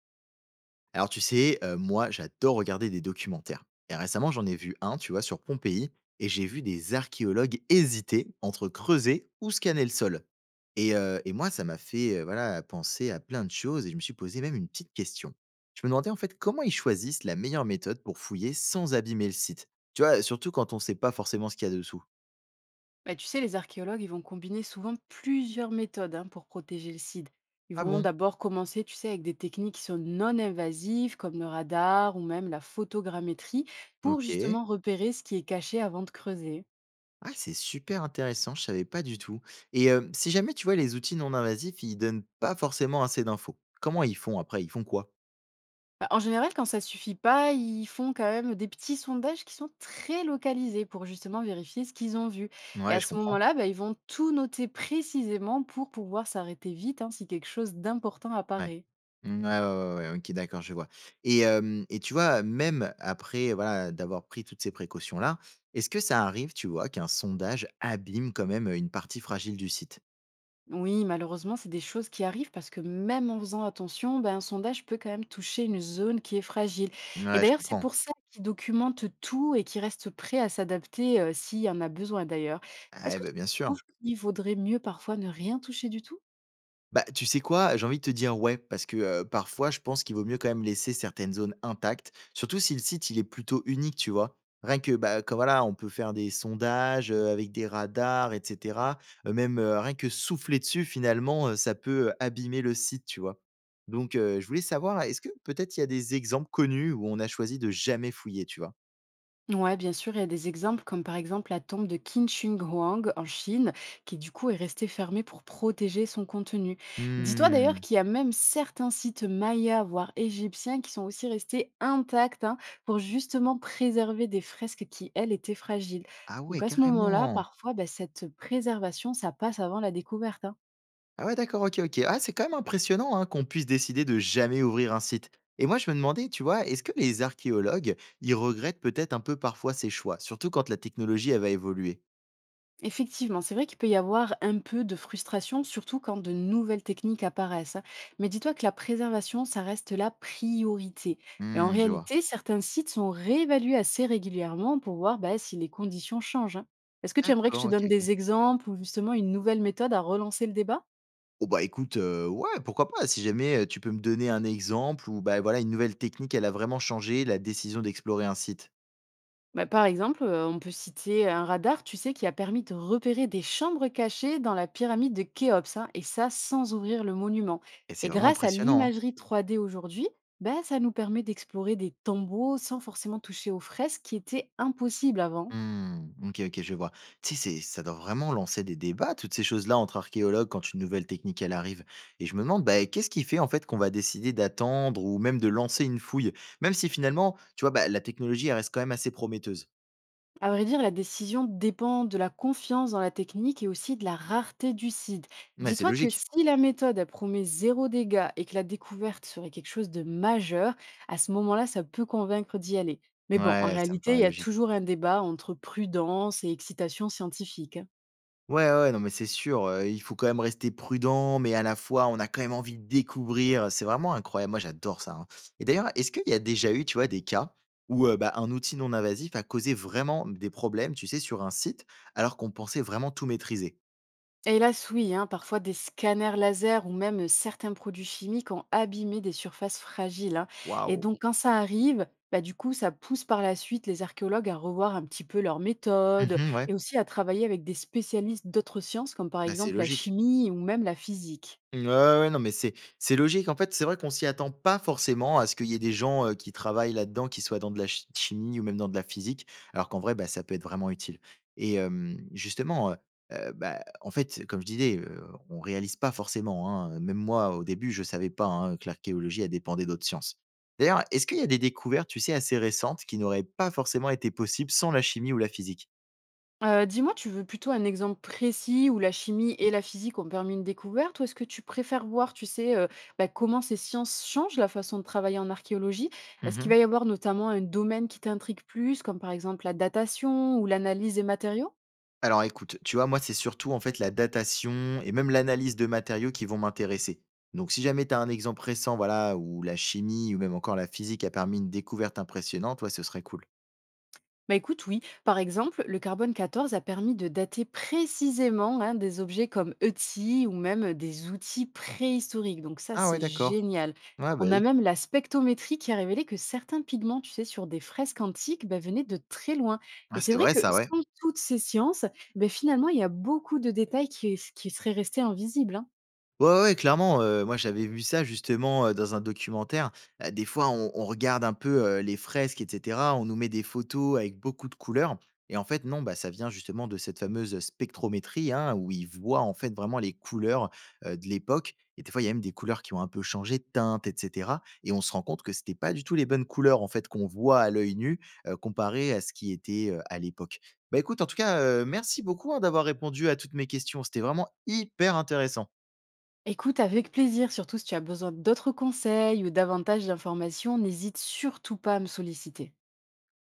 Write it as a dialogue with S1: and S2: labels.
S1: Alors tu sais, moi j'adore regarder des documentaires et récemment j'en ai vu un, tu vois, sur Pompéi et j'ai vu des archéologues hésiter entre creuser ou scanner le sol et moi ça m'a fait, voilà, penser à plein de choses et je me suis posé même une petite question. Je me demandais en fait comment ils choisissent la meilleure méthode pour fouiller sans abîmer le site? Tu vois, surtout quand on ne sait pas forcément ce qu'il y a dessous.
S2: Bah, tu sais, les archéologues, ils vont combiner souvent plusieurs méthodes hein, pour protéger le site. Ils
S1: Ah
S2: vont
S1: bon?
S2: d'abord commencer, tu sais, avec des techniques qui sont non invasives, comme le radar ou même la photogrammétrie, pour
S1: OK.
S2: justement repérer ce qui est caché avant de creuser.
S1: Ah, c'est super intéressant, je savais pas du tout. Et si jamais tu vois les outils non invasifs, ils donnent pas forcément assez d'infos. Comment ils font après? Ils font quoi?
S2: Bah, en général, quand ça suffit pas, ils font quand même des petits sondages qui sont très localisés pour justement vérifier ce qu'ils ont vu. Et
S1: Ouais,
S2: à
S1: je
S2: ce
S1: comprends.
S2: moment-là, bah, ils vont tout noter précisément pour pouvoir s'arrêter vite hein, si quelque chose d'important
S1: Ouais.
S2: apparaît.
S1: Mm, ouais, ouais, ouais, ouais, ok, d'accord, je vois. Et tu vois, même après voilà, d'avoir pris toutes ces précautions-là, est-ce que ça arrive, tu vois, qu'un sondage abîme quand même une partie fragile du site?
S2: Oui, malheureusement, c'est des choses qui arrivent parce que même en faisant attention, ben, un sondage peut quand même toucher une zone qui est fragile. Et
S1: Ouais, je
S2: d'ailleurs, c'est
S1: comprends.
S2: pour ça qu'ils documentent tout et qu'ils restent prêts à s'adapter s'il y en a besoin d'ailleurs. Est-ce
S1: Ah,
S2: que
S1: bah,
S2: tu
S1: bien
S2: trouves
S1: sûr.
S2: qu'il vaudrait mieux parfois ne rien toucher du tout?
S1: Bah, tu sais quoi? J'ai envie de te dire ouais, parce que, parfois, je pense qu'il vaut mieux quand même laisser certaines zones intactes, surtout si le site, il est plutôt unique, tu vois? Rien que, bah, comme voilà, on peut faire des sondages, avec des radars et cetera. Même, rien que souffler dessus finalement, ça peut, abîmer le site, tu vois? Donc, je voulais savoir, est-ce que peut-être il y a des exemples connus où on a choisi de jamais fouiller, tu vois?
S2: Ouais, bien sûr, il y a des exemples comme par exemple la tombe de Qin Huang en Chine, qui du coup est restée fermée pour protéger son contenu. Dis-toi d'ailleurs
S1: Mmh.
S2: qu'il y a même certains sites mayas, voire égyptiens, qui sont aussi restés intacts hein, pour justement préserver des fresques qui, elles, étaient fragiles.
S1: Ah ouais,
S2: Donc à ce moment-là,
S1: carrément!
S2: parfois, bah, cette préservation, ça passe avant la découverte, hein.
S1: Ah ouais, d'accord, OK, OK. Ah, c'est quand même impressionnant, hein, qu'on puisse décider de jamais ouvrir un site. Et moi, je me demandais, tu vois, est-ce que les archéologues, ils regrettent peut-être un peu parfois ces choix, surtout quand la technologie, elle va évoluer?
S2: Effectivement, c'est vrai qu'il peut y avoir un peu de frustration, surtout quand de nouvelles techniques apparaissent, hein. Mais dis-toi que la préservation, ça reste la priorité. Et en
S1: Mmh, je vois.
S2: réalité, certains sites sont réévalués assez régulièrement pour voir bah, si les conditions changent, hein. Est-ce que tu aimerais que je
S1: D'accord,
S2: te
S1: OK,
S2: donne
S1: OK.
S2: des exemples ou justement une nouvelle méthode à relancer le débat?
S1: Oh bah, écoute, ouais, pourquoi pas? Si jamais, tu peux me donner un exemple où, bah, voilà, une nouvelle technique, elle a vraiment changé la décision d'explorer un site.
S2: Bah, par exemple, on peut citer un radar, tu sais, qui a permis de repérer des chambres cachées dans la pyramide de Khéops, hein, et ça sans ouvrir le monument.
S1: Et c'est
S2: Et
S1: vraiment
S2: grâce à
S1: impressionnant, hein.
S2: l'imagerie 3D aujourd'hui, bah, ça nous permet d'explorer des tombeaux sans forcément toucher aux fresques qui étaient impossibles avant.
S1: Mmh. OK, OK, je vois. Tu sais, c'est ça doit vraiment lancer des débats, toutes ces choses-là, entre archéologues quand une nouvelle technique, elle arrive et je me demande, bah, qu'est-ce qui fait, en fait, qu'on va décider d'attendre ou même de lancer une fouille? Même si finalement, tu vois, bah, la technologie, elle reste quand même assez prometteuse.
S2: À vrai dire, la décision dépend de la confiance dans la technique et aussi de la rareté du site.
S1: Ouais, c'est
S2: Dis-toi que
S1: logique.
S2: si la méthode elle promet zéro dégât et que la découverte serait quelque chose de majeur, à ce moment-là, ça peut convaincre d'y aller. Mais bon, en
S1: Ouais, ça me
S2: réalité, il
S1: paraît
S2: y a
S1: logique.
S2: toujours un débat entre prudence et excitation scientifique, hein.
S1: Ouais, ouais, ouais, non, mais c'est sûr, il faut quand même rester prudent, mais à la fois, on a quand même envie de découvrir, c'est vraiment incroyable. Moi, j'adore ça, hein. Et d'ailleurs, est-ce qu'il y a déjà eu, tu vois, des cas où, bah, un outil non invasif a causé vraiment des problèmes, tu sais, sur un site, alors qu'on pensait vraiment tout maîtriser?
S2: Et hélas, oui, hein, parfois des scanners laser ou même certains produits chimiques ont abîmé des surfaces fragiles, hein. Et
S1: Waouh!
S2: donc, quand ça arrive, bah, du coup, ça pousse par la suite les archéologues à revoir un petit peu leurs méthodes
S1: Mmh, ouais,
S2: et aussi à travailler avec des spécialistes d'autres sciences, comme par
S1: bah, c'est
S2: exemple la
S1: logique.
S2: chimie ou même la physique.
S1: Ouais, ouais, ouais, non, mais c'est logique. En fait, c'est vrai qu'on s'y attend pas forcément à ce qu'il y ait des gens, qui travaillent là-dedans, qui soient dans de la ch chimie ou même dans de la physique, alors qu'en vrai, bah, ça peut être vraiment utile et justement, bah, en fait, comme je disais, on réalise pas forcément, hein, même moi, au début, je savais pas, hein, que l'archéologie, elle dépendait d'autres sciences. D'ailleurs, est-ce qu'il y a des découvertes, tu sais, assez récentes qui n'auraient pas forcément été possibles sans la chimie ou la physique?
S2: Dis-moi, tu veux plutôt un exemple précis où la chimie et la physique ont permis une découverte? Ou est-ce que tu préfères voir, tu sais, bah, comment ces sciences changent la façon de travailler en archéologie? Est-ce qu'il
S1: Mmh.
S2: va y avoir notamment un domaine qui t'intrigue plus, comme par exemple la datation ou l'analyse des matériaux?
S1: Alors écoute, tu vois, moi, c'est surtout en fait la datation et même l'analyse de matériaux qui vont m'intéresser. Donc si jamais tu as un exemple récent, voilà, où la chimie ou même encore la physique a permis une découverte impressionnante, ouais, ce serait cool.
S2: Bah écoute, oui. Par exemple, le carbone 14 a permis de dater précisément hein, des objets comme ETI ou même des outils préhistoriques. Donc ça,
S1: Ah ouais,
S2: c'est
S1: d'accord.
S2: génial.
S1: Ouais, bah
S2: On a
S1: oui.
S2: même la spectrométrie qui a révélé que certains pigments, tu sais, sur des fresques antiques, bah, venaient de très loin.
S1: Ah,
S2: Et c'est
S1: c'est
S2: vrai
S1: vrai
S2: que
S1: ça, ouais.
S2: sans toutes ces sciences, bah, finalement, il y a beaucoup de détails qui seraient restés invisibles, hein.
S1: Ouais, ouais, ouais, clairement, moi j'avais vu ça justement, dans un documentaire. Des fois on regarde un peu, les fresques et cetera, on nous met des photos avec beaucoup de couleurs et en fait non, bah, ça vient justement de cette fameuse spectrométrie, hein, où ils voient en fait vraiment les couleurs, de l'époque et des fois il y a même des couleurs qui ont un peu changé de teinte et cetera et on se rend compte que c'était pas du tout les bonnes couleurs en fait qu'on voit à l'œil nu, comparé à ce qui était, à l'époque. Bah, écoute en tout cas, merci beaucoup, hein, d'avoir répondu à toutes mes questions. C'était vraiment hyper intéressant.
S2: Écoute, avec plaisir, surtout si tu as besoin d'autres conseils ou davantage d'informations, n'hésite surtout pas à me solliciter.